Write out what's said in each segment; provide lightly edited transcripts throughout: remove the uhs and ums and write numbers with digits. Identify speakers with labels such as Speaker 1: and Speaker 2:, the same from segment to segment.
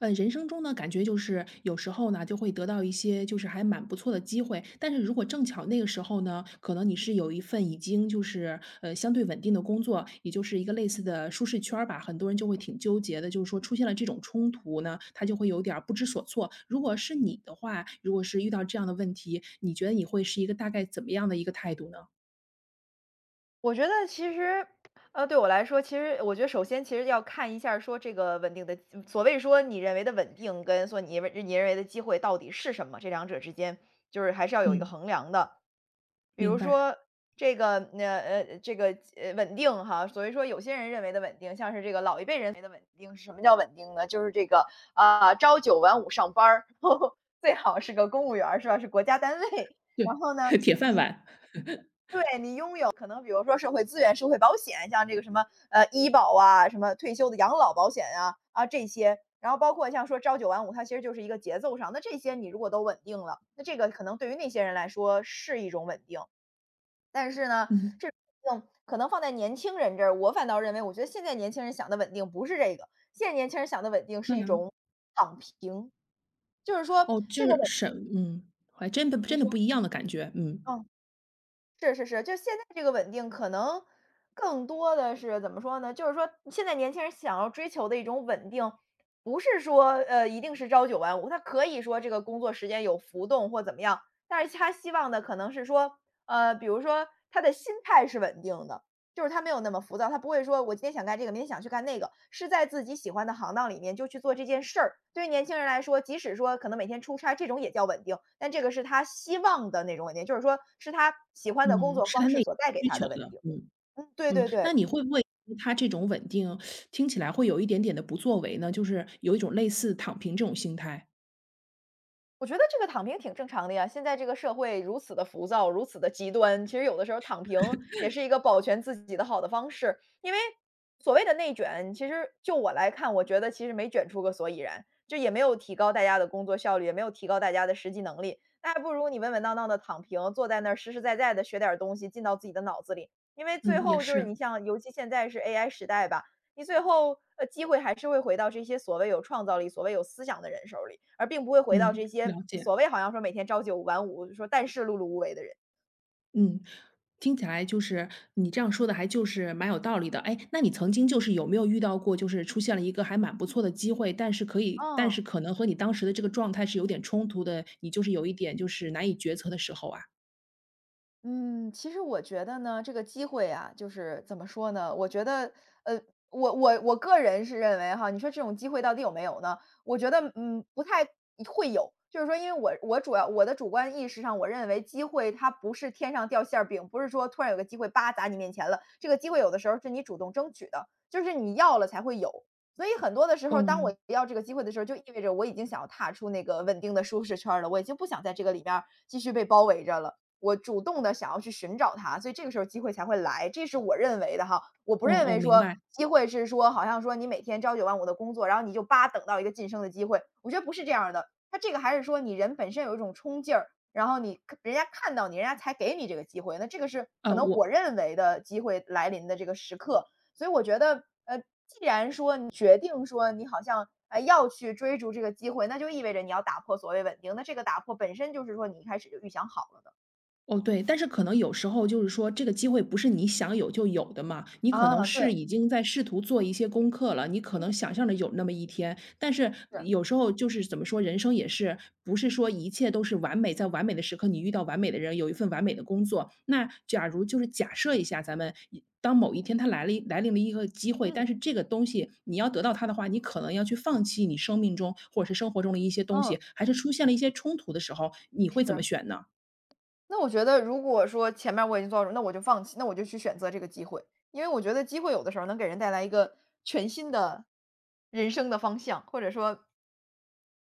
Speaker 1: 人生中呢，感觉就是有时候呢，就会得到一些就是还蛮不错的机会，但是如果正巧那个时候呢，可能你是有一份已经就是相对稳定的工作，也就是一个类似的舒适圈儿吧，很多人就会挺纠结的，就是说出现了这种冲突呢，他就会有点儿不知所措。如果是你的话，如果是遇到这样的问题，你觉得你会是一个大概怎么样的一个态度呢？
Speaker 2: 我觉得其实，对我来说，其实我觉得首先其实要看一下儿说这个稳定的，所谓说你认为的稳定跟说你认为的机会到底是什么，这两者之间就是还是要有一个
Speaker 1: 嗯，
Speaker 2: 衡量的。比
Speaker 1: 明
Speaker 2: 如
Speaker 1: 白，
Speaker 2: 说这个，这个稳定哈，所以说有些人认为的稳定，像是这个老一辈人认为的稳定是什么叫稳定呢？就是这个啊、朝九晚五上班儿，最好是个公务员儿是吧？是国家单位，然后呢？
Speaker 1: 对，铁饭碗，
Speaker 2: 对你拥有可能，比如说社会资源、社会保险，像这个什么医保啊、什么退休的养老保险啊这些，然后包括像说朝九晚五，它其实就是一个节奏上。那这些你如果都稳定了，那这个可能对于那些人来说是一种稳定，但是呢，
Speaker 1: 嗯，
Speaker 2: 这种可能放在年轻人这儿，我反倒认为，我觉得现在年轻人想的稳定不是这个，现在年轻人想的稳定是
Speaker 1: 那
Speaker 2: 一
Speaker 1: 样，
Speaker 2: 种躺平，就是说
Speaker 1: 哦，就
Speaker 2: 这个
Speaker 1: 是
Speaker 2: 稳，
Speaker 1: 什，嗯，还真的
Speaker 2: 您
Speaker 1: 真的不
Speaker 2: 说，
Speaker 1: 一样的感觉，嗯。
Speaker 2: 嗯。是是是，就现在这个稳定可能更多的是怎么说呢？就是说现在年轻人想要追求的一种稳定，不是说一定是朝九晚五，他可以说这个工作时间有浮动或怎么样，但是他希望的可能是说，比如说他的心态是稳定的，就是他没有那么浮躁，他不会说我今天想干这个，明天想去干那个，是在自己喜欢的行当里面就去做这件事儿。对于年轻人来说，即使说可能每天出差这种也叫稳定，但这个是他希望的那种稳定，就是说是他喜欢的工
Speaker 1: 嗯，
Speaker 2: 作
Speaker 1: 是
Speaker 2: 方
Speaker 1: 他
Speaker 2: 式
Speaker 1: 内
Speaker 2: 所带给
Speaker 1: 需
Speaker 2: 他的
Speaker 1: 求
Speaker 2: 稳
Speaker 1: 的，
Speaker 2: 定。
Speaker 1: 嗯，
Speaker 2: 嗯，对
Speaker 1: 嗯。
Speaker 2: 对
Speaker 1: 那
Speaker 2: 对。
Speaker 1: 你会不会他这种稳定，听起来会有一点点的不作为呢？就是有一种类似躺平这种心态。
Speaker 2: 我觉得这个躺平挺正常的呀，现在这个社会如此的浮躁，如此的极端，其实有的时候躺平也是一个保全自己的好的方式。因为所谓的内卷，其实就我来看，我觉得其实没卷出个所以然，就也没有提高大家的工作效率，也没有提高大家的实际能力。那还不如你稳稳当当的躺平，坐在那儿实实在在的学点儿东西进到自己的脑子里。因为
Speaker 1: 嗯，
Speaker 2: 最
Speaker 1: 也
Speaker 2: 后就是你
Speaker 1: 是，
Speaker 2: 像，尤其现在是 AI 时代吧，你最后，机会还是会回到这些所谓有创造力、所谓有思想的人手里，而并不会回到
Speaker 1: 嗯，
Speaker 2: 这些
Speaker 1: 了解，
Speaker 2: 所谓好像说每天朝九晚五，说但是碌碌无为的人。
Speaker 1: 嗯。听起来就是你这样说的还就是蛮有道理的。哎，那你曾经就是有没有遇到过，就是出现了一个还蛮不错的机会，但是
Speaker 2: 嗯。
Speaker 1: 可能和你当时的这个状态是有点冲突的，你就是有一点就是难以决策的时候啊？
Speaker 2: 嗯，其实我觉得呢，这个机会啊，就是怎么说呢？我觉得，呃，我个人是认为哈，你说这种机会到底有没有呢？我觉得，嗯，不太会有。就是说，因为我主要我的主观意识上，我认为机会它不是天上掉馅儿饼，不是说突然有个机会叭砸你面前了。这个机会有的时候是你主动争取的，就是你要了才会有。所以很多的时候，当我
Speaker 1: 哦，
Speaker 2: 要这个机会的时候，就意味着我已经想要踏出那个稳定的舒适圈儿了，我已经不想在这个里面儿继续被包围着了。我主动的想要去寻找它，所以这个时候机会才会来，这是我认为的哈。我不
Speaker 1: 哦
Speaker 2: 认
Speaker 1: 哦，
Speaker 2: 为
Speaker 1: 明
Speaker 2: 说
Speaker 1: 白，
Speaker 2: 机会是说好像说你每天朝九晚五的工作，然后你就叭等到一个晋升的机会，我觉得不是这样的。他这个还是说你人本身有一种冲劲儿，然后你人家看到你，人家才给你这个机会，那这个是可
Speaker 1: 啊，
Speaker 2: 能我认为的机会来临的这个时刻。所以我觉得嗯决定说你好像，哎，要去追逐这个机会，那就意味着你要打破所谓稳定，那这个打破本身就是说你一开始就预想好了的。
Speaker 1: 哦，对，但是可能有时候就是说这个机会不是你想有就有的嘛，你可能
Speaker 2: 啊，
Speaker 1: 是
Speaker 2: 对。
Speaker 1: 已经在试图做一些功课了，你可
Speaker 2: 嗯
Speaker 1: 能想象着有那么一天，但是
Speaker 2: 是，
Speaker 1: 有时候就是怎么说，人生也是不是说一切都是完美，在完美的时刻你遇到完美的人，有一份完美的工作。那假如就是假设一下，咱们当某一天它来临了一个机会，但
Speaker 2: 嗯。
Speaker 1: 是这个东西你要得到它的话，你可能要去放弃你生命中或者是生活中的一些东
Speaker 2: 嗯，
Speaker 1: 西，还是出现了一些冲突的时候，你会怎么
Speaker 2: 是。
Speaker 1: 选呢？
Speaker 2: 那我觉得如果说前面我已经做到那我就放弃，那我就去选择这个机会。因为我觉得机会有的时候能给人带来一个全新的人生的方向，或者说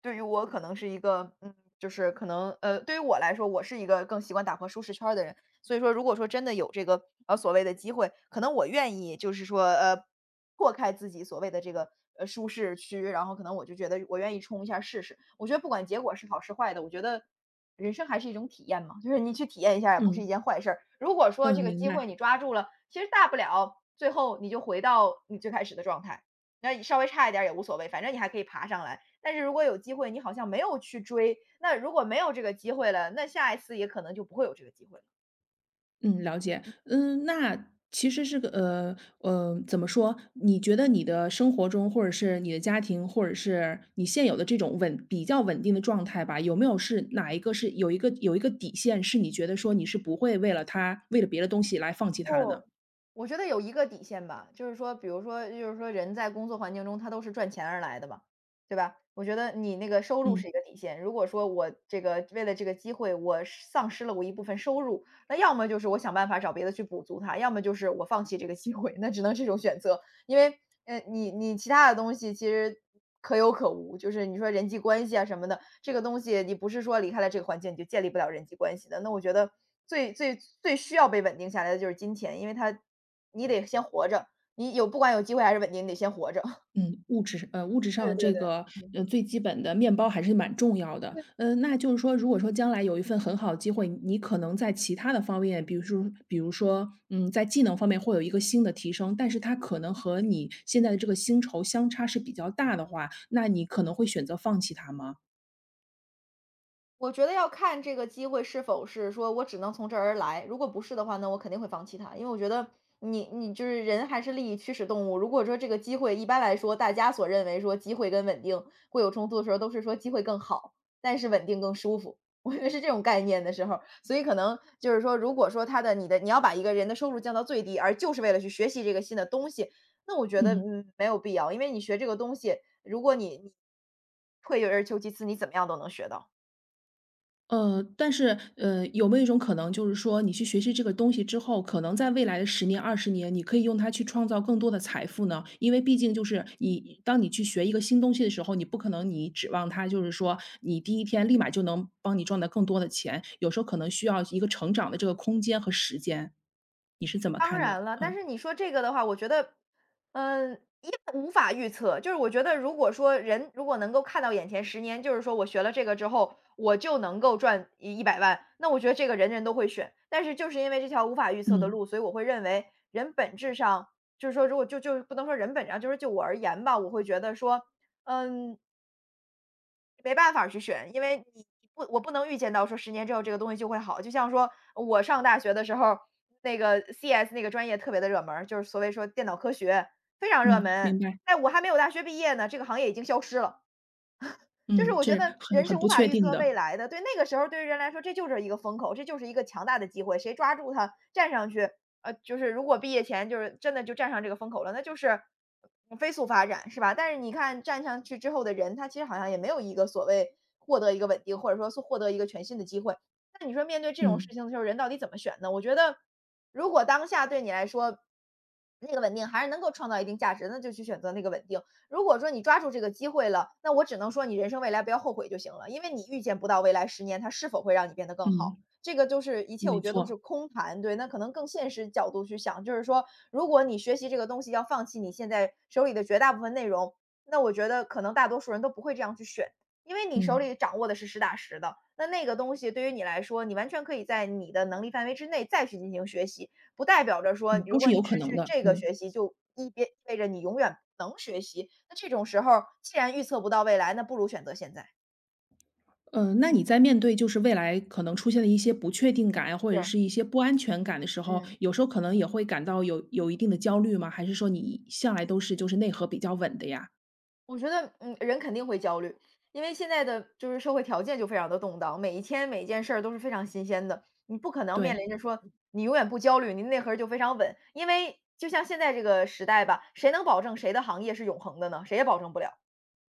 Speaker 2: 对于我可能是一个，嗯，就是可能，对于我来说，我是一个更习惯打破舒适圈儿的人。所以说如果说真的有这个，所谓的机会，可能我愿意就是说，破开自己所谓的这个，舒适区，然后可能我就觉得我愿意冲一下试试。我觉得不管结果是好是坏的，我觉得人生还是一种体验嘛，就是你去体验一下也不是
Speaker 1: 嗯。
Speaker 2: 一件坏事儿。如果说这
Speaker 1: 嗯，
Speaker 2: 个
Speaker 1: 明
Speaker 2: 机会
Speaker 1: 白，
Speaker 2: 你抓住了，其实大不了最后你就回到你最开始的状态，那稍微差一点儿也无所谓，反正你还可以爬上来。但是如果有机会，你好像没有去追，那如果没有这个机会了，那下一次也可能就不会有这个机会了。
Speaker 1: 嗯，了解。嗯，那其实是个，怎么说？你觉得你的生活中，或者是你的家庭，或者是你现有的这种比较稳定的状态吧，有没有是哪一个是有一个底线，是你觉得说你是不会为了别的东西来放弃他了呢？
Speaker 2: 不，我觉得有一个底线吧，就是说，比如说，就是说人在工作环境中，他都是赚钱而来的嘛，对吧？我觉得你那个收入是
Speaker 1: 嗯。
Speaker 2: 一个底线。如果说我这个为了这个机会，我是丧失了我一部分收入，那要么就是我想办法找别的去补足它，要么就是我放弃这个机会，那只能这种选择。因为，你其他的东西其实可有可无，就是你说人际关系啊什么的，这个东西你不是说离开了这个环境你就建立不了人际关系的。那我觉得最最需要被稳定下来的就是金钱，因为它你得先活着，你有不管有机会还是稳定，你得先活着。
Speaker 1: 嗯，物质上
Speaker 2: 对
Speaker 1: 的
Speaker 2: 对
Speaker 1: 这
Speaker 2: 对。
Speaker 1: 个，最基本的面包还是蛮重要的。那就是说，如果说将来有一份很好的机会，你可能在其他的方面，比如说，在技能方面会有一个新的提升，但是它可能和你现在的这个薪酬相差是比较大的话，那你可能会选择放弃它吗？
Speaker 2: 我觉得要看这个机会是否是说我只能从这儿而来，如果不是的话呢，那我肯定会放弃它。因为我觉得你就是人还是利益驱使动物。如果说这个机会一般来说，大家所认为说机会跟稳定会有冲突的时候，都是说机会更好，但是稳定更舒服。我觉得是这种概念的时候，所以可能就是说，如果说你要把一个人的收入降到最低，而就是为了去学习这个新的东西，那我觉得
Speaker 1: 嗯。
Speaker 2: 没有必要，因为你学这个东西，如果你退而求其次，你怎么样都能学到。
Speaker 1: 但是，有没有一种可能，就是说你去学习这个东西之后，可能在未来的十年、20年，你可以用它去创造更多的财富呢？因为毕竟就是当你去学一个新东西的时候，你不可能你指望它就是说你第一天立马就能帮你赚到更多的钱，有时候可能需要一个成长的这个空间和时间。你是怎么
Speaker 2: 当
Speaker 1: 看的？
Speaker 2: 然了，但
Speaker 1: 嗯，
Speaker 2: 是你说这个的话，我觉得，嗯，一无法预测。就是我觉得，如果说人如果能够看到眼前十年，就是说我学了这个之后，我就能够赚一百万，那我觉得这个人人都会选。但是就是因为这条无法预测的
Speaker 1: 嗯，
Speaker 2: 路，所以我会认为人本质上就是说，如果就不能说人本质上，就是就我而言吧，我会觉得说，嗯，没办法去选，因为你不我不能预见到说十年之后这个东西就会好。就像说我上大学的时候，那个 CS 那个专业特别的热门儿就是所谓说电脑科学，非常热
Speaker 1: 嗯，
Speaker 2: 门。
Speaker 1: 明白，
Speaker 2: 哎，我还没有大学毕业呢，这个行业已经消失了。就是
Speaker 1: 嗯，
Speaker 2: 我
Speaker 1: 这
Speaker 2: 觉
Speaker 1: 是
Speaker 2: 得
Speaker 1: 很
Speaker 2: 人是
Speaker 1: 很
Speaker 2: 无
Speaker 1: 不
Speaker 2: 法
Speaker 1: 确
Speaker 2: 预
Speaker 1: 定
Speaker 2: 测
Speaker 1: 的，
Speaker 2: 未来的，对那个时候对于人来说，这就是一个风口，这就是一个强大的机会，谁抓住它站上去，就是如果毕业前就是真的就站上这个风口了，那就是飞速发展，是吧？但是你看站上去之后的人，他其实好像也没有一个所谓获得一个稳定，或者说是获得一个全新的机会。那你说面对这种事
Speaker 1: 嗯，
Speaker 2: 情的时候，人到底怎么选呢？我觉得，如果当下对你来说，那个稳定还是能够创造一定价值，那就去选择那个稳定。如果说你抓住这个机会了，那我只能说你人生未来不要后悔就行了，因为你预见不到未来十年它是否会让你变得更好。
Speaker 1: 嗯，
Speaker 2: 这个就是一切，
Speaker 1: 没
Speaker 2: 我觉得都是
Speaker 1: 错，
Speaker 2: 空谈。对，那可能更现实角度去想，就是说，如果你学习这个东西要放弃你现在手里的绝大部分内容，那我觉得可能大多数人都不会这样去选，因为你手
Speaker 1: 嗯，
Speaker 2: 里掌握的是实打实的。那那个东西对于你来说，你完全可以在你的能力范围之内再去进行学习，不代表着说，
Speaker 1: 嗯，
Speaker 2: 如
Speaker 1: 都
Speaker 2: 果
Speaker 1: 是有
Speaker 2: 你
Speaker 1: 可
Speaker 2: 失
Speaker 1: 能
Speaker 2: 去
Speaker 1: 的，
Speaker 2: 这个
Speaker 1: 嗯。
Speaker 2: 学习，就别意味着你永远不能学习。那这种时候儿，既然预测不到未来，那不如选择现在。
Speaker 1: 嗯，那
Speaker 2: 嗯，
Speaker 1: 你在面对就是未来可能出现的一些不确定感呀，或者
Speaker 2: 是，
Speaker 1: 是一些不安全感的时候，
Speaker 2: 嗯，
Speaker 1: 有时候可能也会感到有一定的焦虑吗？还是说你向来都是就是内核比较稳的呀？
Speaker 2: 我觉得，人肯定会焦虑，因为现在的就是社会条件就非常的动荡，每一天每一件事儿都是非常新鲜的，你不可能面
Speaker 1: 对，
Speaker 2: 临着说你永远不焦虑，你内核儿就非常稳。因为就像现在这个时代吧，谁能保证谁的行业是永恒的呢？谁也保证不了。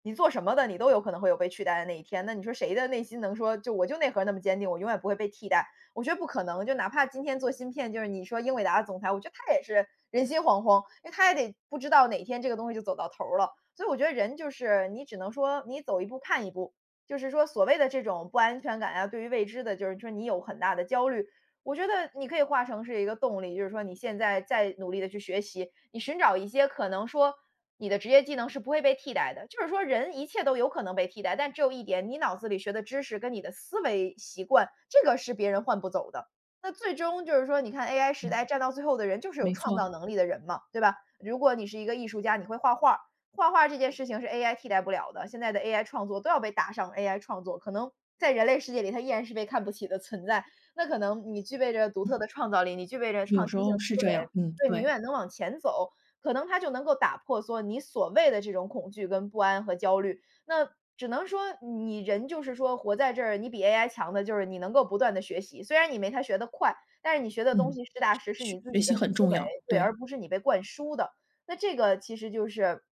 Speaker 2: 你做什么的，你都有可能会有被取代的那一天。那你说谁的内心能说就我就内核那么坚定，我永远不会被替代？我觉得不可能。就哪怕今天做芯片，就是你说英伟达的总裁，我觉得他也是人心惶惶，因为他也得不知道哪天这个东西就走到头儿了。所以我觉得人就是你只能说你走一步看一步，就是说所谓的这种不安全感呀，对于未知的，就是说你有很大的焦虑。我觉得你可以化成是一个动力，就是说你现在在努力的去学习，你寻找一些可能说你的职业技能是不会被替代的。就是说人一切都有可能被替代，但只有一点，你脑子里学的知识跟你的思维习惯，这个是别人换不走的。那最终就是说，你看 AI 时
Speaker 1: 嗯，
Speaker 2: 代站到最后的人就是有
Speaker 1: 没
Speaker 2: 创造
Speaker 1: 错，
Speaker 2: 能力的人嘛，对吧？如果你是一个艺术家，你会画画画画这件事情是 AI 替代不了的。现在的 AI 创作都要被打上 AI 创作，可能在人类世界里，它依然是被看不起的存在。那可能你具备着独特
Speaker 1: 嗯，
Speaker 2: 的创造力，你具备着
Speaker 1: 有
Speaker 2: 创
Speaker 1: 时
Speaker 2: 新性
Speaker 1: 候
Speaker 2: 思
Speaker 1: 是这
Speaker 2: 维，
Speaker 1: 样，嗯，
Speaker 2: 对你永
Speaker 1: 对，
Speaker 2: 远能往前走。可能他就能够打破说你所谓的这种恐惧跟不安和焦虑。那只能说你人就是说活在这儿，你比 AI 强的就是你能够不断的学习，虽然你没他学得快，但是你学的东
Speaker 1: 嗯，
Speaker 2: 西实打
Speaker 1: 学
Speaker 2: 实是
Speaker 1: 学
Speaker 2: 你自
Speaker 1: 学
Speaker 2: 己的
Speaker 1: 习
Speaker 2: 思
Speaker 1: 很重
Speaker 2: 维，
Speaker 1: 要，
Speaker 2: 对，而
Speaker 1: 对，
Speaker 2: 不是你被灌输的。那这个其实就是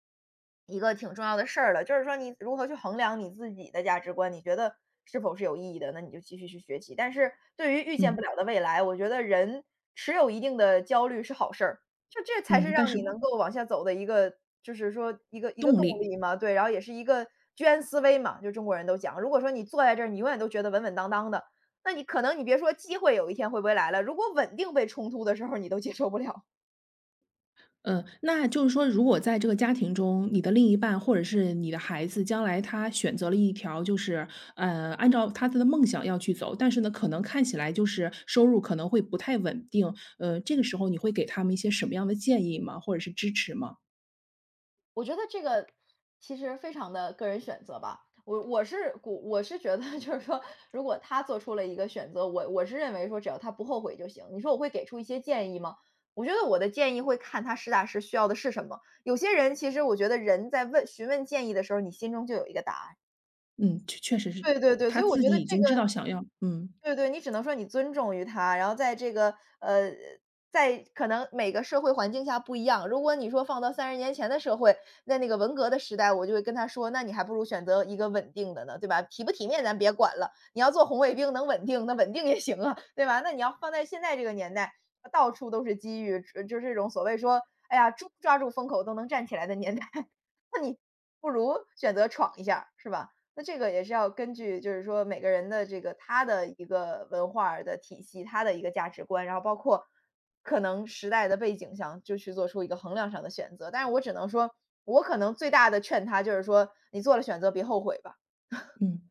Speaker 2: 一个挺重要的事儿了，就是说你如何去衡量你自己的价值观，你觉得是否是有意义的，那你就继续去学习。但是对于预见不
Speaker 1: 嗯
Speaker 2: 了的未来，我觉得人持有一定的焦虑是好事儿。就这才是
Speaker 1: 嗯，但
Speaker 2: 让你
Speaker 1: 是
Speaker 2: 能够往下走的一个就是说一个
Speaker 1: 动
Speaker 2: 动
Speaker 1: 力
Speaker 2: 力嘛，对，然后也是一个居安思危嘛，就中国人都讲，如果说你坐在这儿，你永远都觉得稳稳当当的，那你可能你别说机会有一天会不会来了，如果稳定被冲突的时候，你都接受不了。
Speaker 1: 嗯，那就是说，如果在这个家庭中，你的另一半或者是你的孩子，将来他选择了一条就是，按照他的梦想要去走，但是呢，可能看起来就是收入可能会不太稳定，这个时候你会给他们一些什么样的建议吗？或者是支持吗？
Speaker 2: 我觉得这个其实非常的个人选择吧。我是觉得 就是说，如果他做出了一个选择，我是认为说，只要他不后悔就行。你说我会给出一些建议吗？我觉得我的建议会看他实打实需要的是什么。有些人其实我觉得人在问询问建议的时候，你心中就有一个答案。
Speaker 1: 嗯，确确实是，
Speaker 2: 对对对，所
Speaker 1: 他
Speaker 2: 以我
Speaker 1: 自
Speaker 2: 觉
Speaker 1: 己
Speaker 2: 得
Speaker 1: 已
Speaker 2: 这
Speaker 1: 经知
Speaker 2: 个
Speaker 1: 道想要嗯，
Speaker 2: 对对，你只能说你尊重于他，然后在这个呃，在可能每个社会环境下不一样。如果你说放到30年前的社会，在那个文革的时代，我就会跟他说："那你还不如选择一个稳定的呢，对吧？体不体面咱别管了，你要做红卫兵能稳定，那稳定也行啊，对吧？"那你要放在现在这个年代，到处都是机遇，就是这种所谓说，哎呀，猪抓住风口都能站起来的年代，那你不如选择闯一下儿是吧？那这个也是要根据就是说每个人的这个他的一个文化儿的体系，他的一个价值观，然后包括可能时代的背景下，就去做出一个衡量上的选择。但是我只能说，我可能最大的劝他就是说，你做了选择别后悔吧。
Speaker 1: 嗯。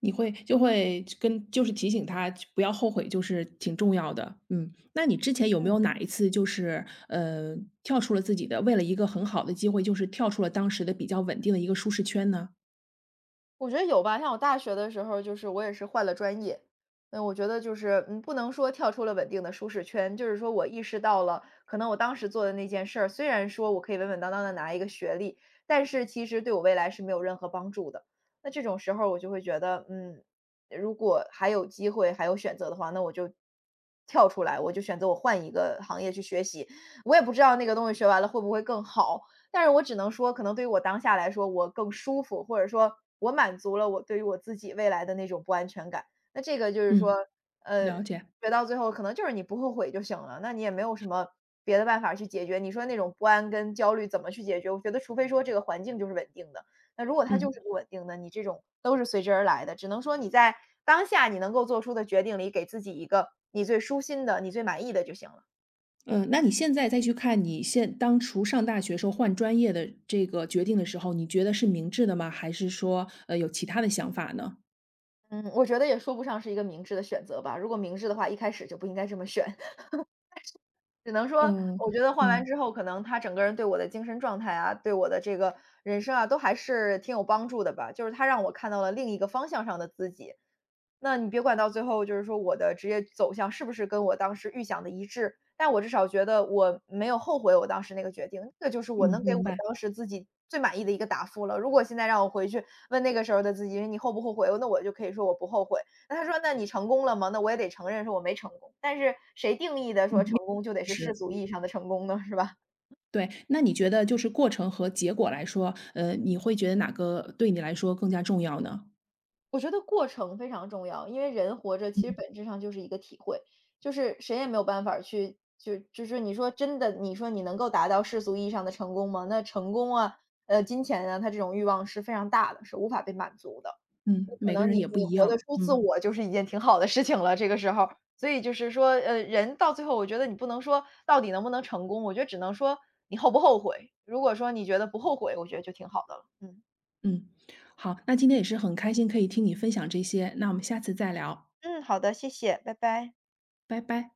Speaker 1: 你会就会跟就是提醒他不要后悔，就是挺重要的。嗯，那你之前有没有
Speaker 2: 嗯。
Speaker 1: 哪一次就是，跳出了自己的为了一个很好的机会，就是跳出了当时的比较稳定的一个舒适圈呢？
Speaker 2: 我觉得有吧，像我大学的时候，就是我也是换了专业。那我觉得就是，嗯，不能说跳出了稳定的舒适圈，就是说我意识到了，可能我当时做的那件事儿，虽然说我可以稳稳当当的拿一个学历，但是其实对我未来是没有任何帮助的。那这种时候，我就会觉得，嗯，如果还有机会，还有选择的话，那我就跳出来，我就选择我换一个行业去学习。我也不知道那个东西学完了会不会更好，但是我只能说，可能对于我当下来说，我更舒服，或者说我满足了我对于我自己未来的那种不安全感。那这个就是说，
Speaker 1: 嗯，
Speaker 2: 呃，
Speaker 1: 了解。
Speaker 2: 学到最后可能就是你不后悔就行了，那你也没有什么别的办法去解决。你说那种不安跟焦虑怎么去解决？我觉得除非说这个环境就是稳定的，那如果它就是
Speaker 1: 嗯，
Speaker 2: 不稳定的，你这种都是随之而来的。只能说你在当下你能够做出的决定里，给自己一个你最舒心的、你最满意的就行了。
Speaker 1: 嗯，那你现在再去看你现当初上大学时候换专业的这个决定的时候，你觉得是明智的吗？还是说，有其他的想法呢？
Speaker 2: 嗯，我觉得也说不上是一个明智的选择吧。如果明智的话，一开始就不应该这么选。只能说，
Speaker 1: 嗯
Speaker 2: 我觉得换完
Speaker 1: 嗯。
Speaker 2: 之后，可能他整个人对我的精神状态啊，对我的这个人生啊，都还是挺有帮助的吧。就是他让我看到了另一个方向上的自己，那你别管到最后就是说我的职业走向是不是跟我当时预想的一致，但我至少觉得我没有后悔我当时那个决定，这就是我
Speaker 1: 嗯，
Speaker 2: 能给我
Speaker 1: 明白。
Speaker 2: 当时自己最满意的一个答复了。如果现在让我回去问那个时候的自己，你后不后悔？那我就可以说我不后悔。那他说那你成功了吗？那我也得承认说我没成功，但是谁定义的
Speaker 1: 嗯，
Speaker 2: 说
Speaker 1: 面
Speaker 2: 成功就
Speaker 1: 对
Speaker 2: 得是世
Speaker 1: 现
Speaker 2: 俗
Speaker 1: 实。
Speaker 2: 意义上的成功呢，是吧？
Speaker 1: 对，那你觉得就是过程和结果来说，你会觉得哪个对你来说更加重要呢？
Speaker 2: 我觉得过程非常重要，因为人活着其实
Speaker 1: 嗯
Speaker 2: 本质上就是一个体会，就是谁也没有办法儿去就是你说真的，你说你能够达到世俗意义上的成功吗？那成功啊，金钱啊，他这种欲望是非常大的，是无法被满足的。你
Speaker 1: 嗯，
Speaker 2: 可
Speaker 1: 每个
Speaker 2: 能你
Speaker 1: 人也不
Speaker 2: 你
Speaker 1: 一
Speaker 2: 活得
Speaker 1: 样。
Speaker 2: 出自
Speaker 1: 嗯
Speaker 2: 我就是一件挺好的事情了，这个时候所以就是说，人到最后，我觉得你不能说到底能不能成功，我觉得只能说你后不后悔。如果说你觉得不后悔，我觉得就挺好的了。嗯。
Speaker 1: 嗯，好，那今天也是很开心可以听你分享这些，那我们下次再聊，
Speaker 2: 嗯，好的，谢谢，拜拜。
Speaker 1: 拜拜。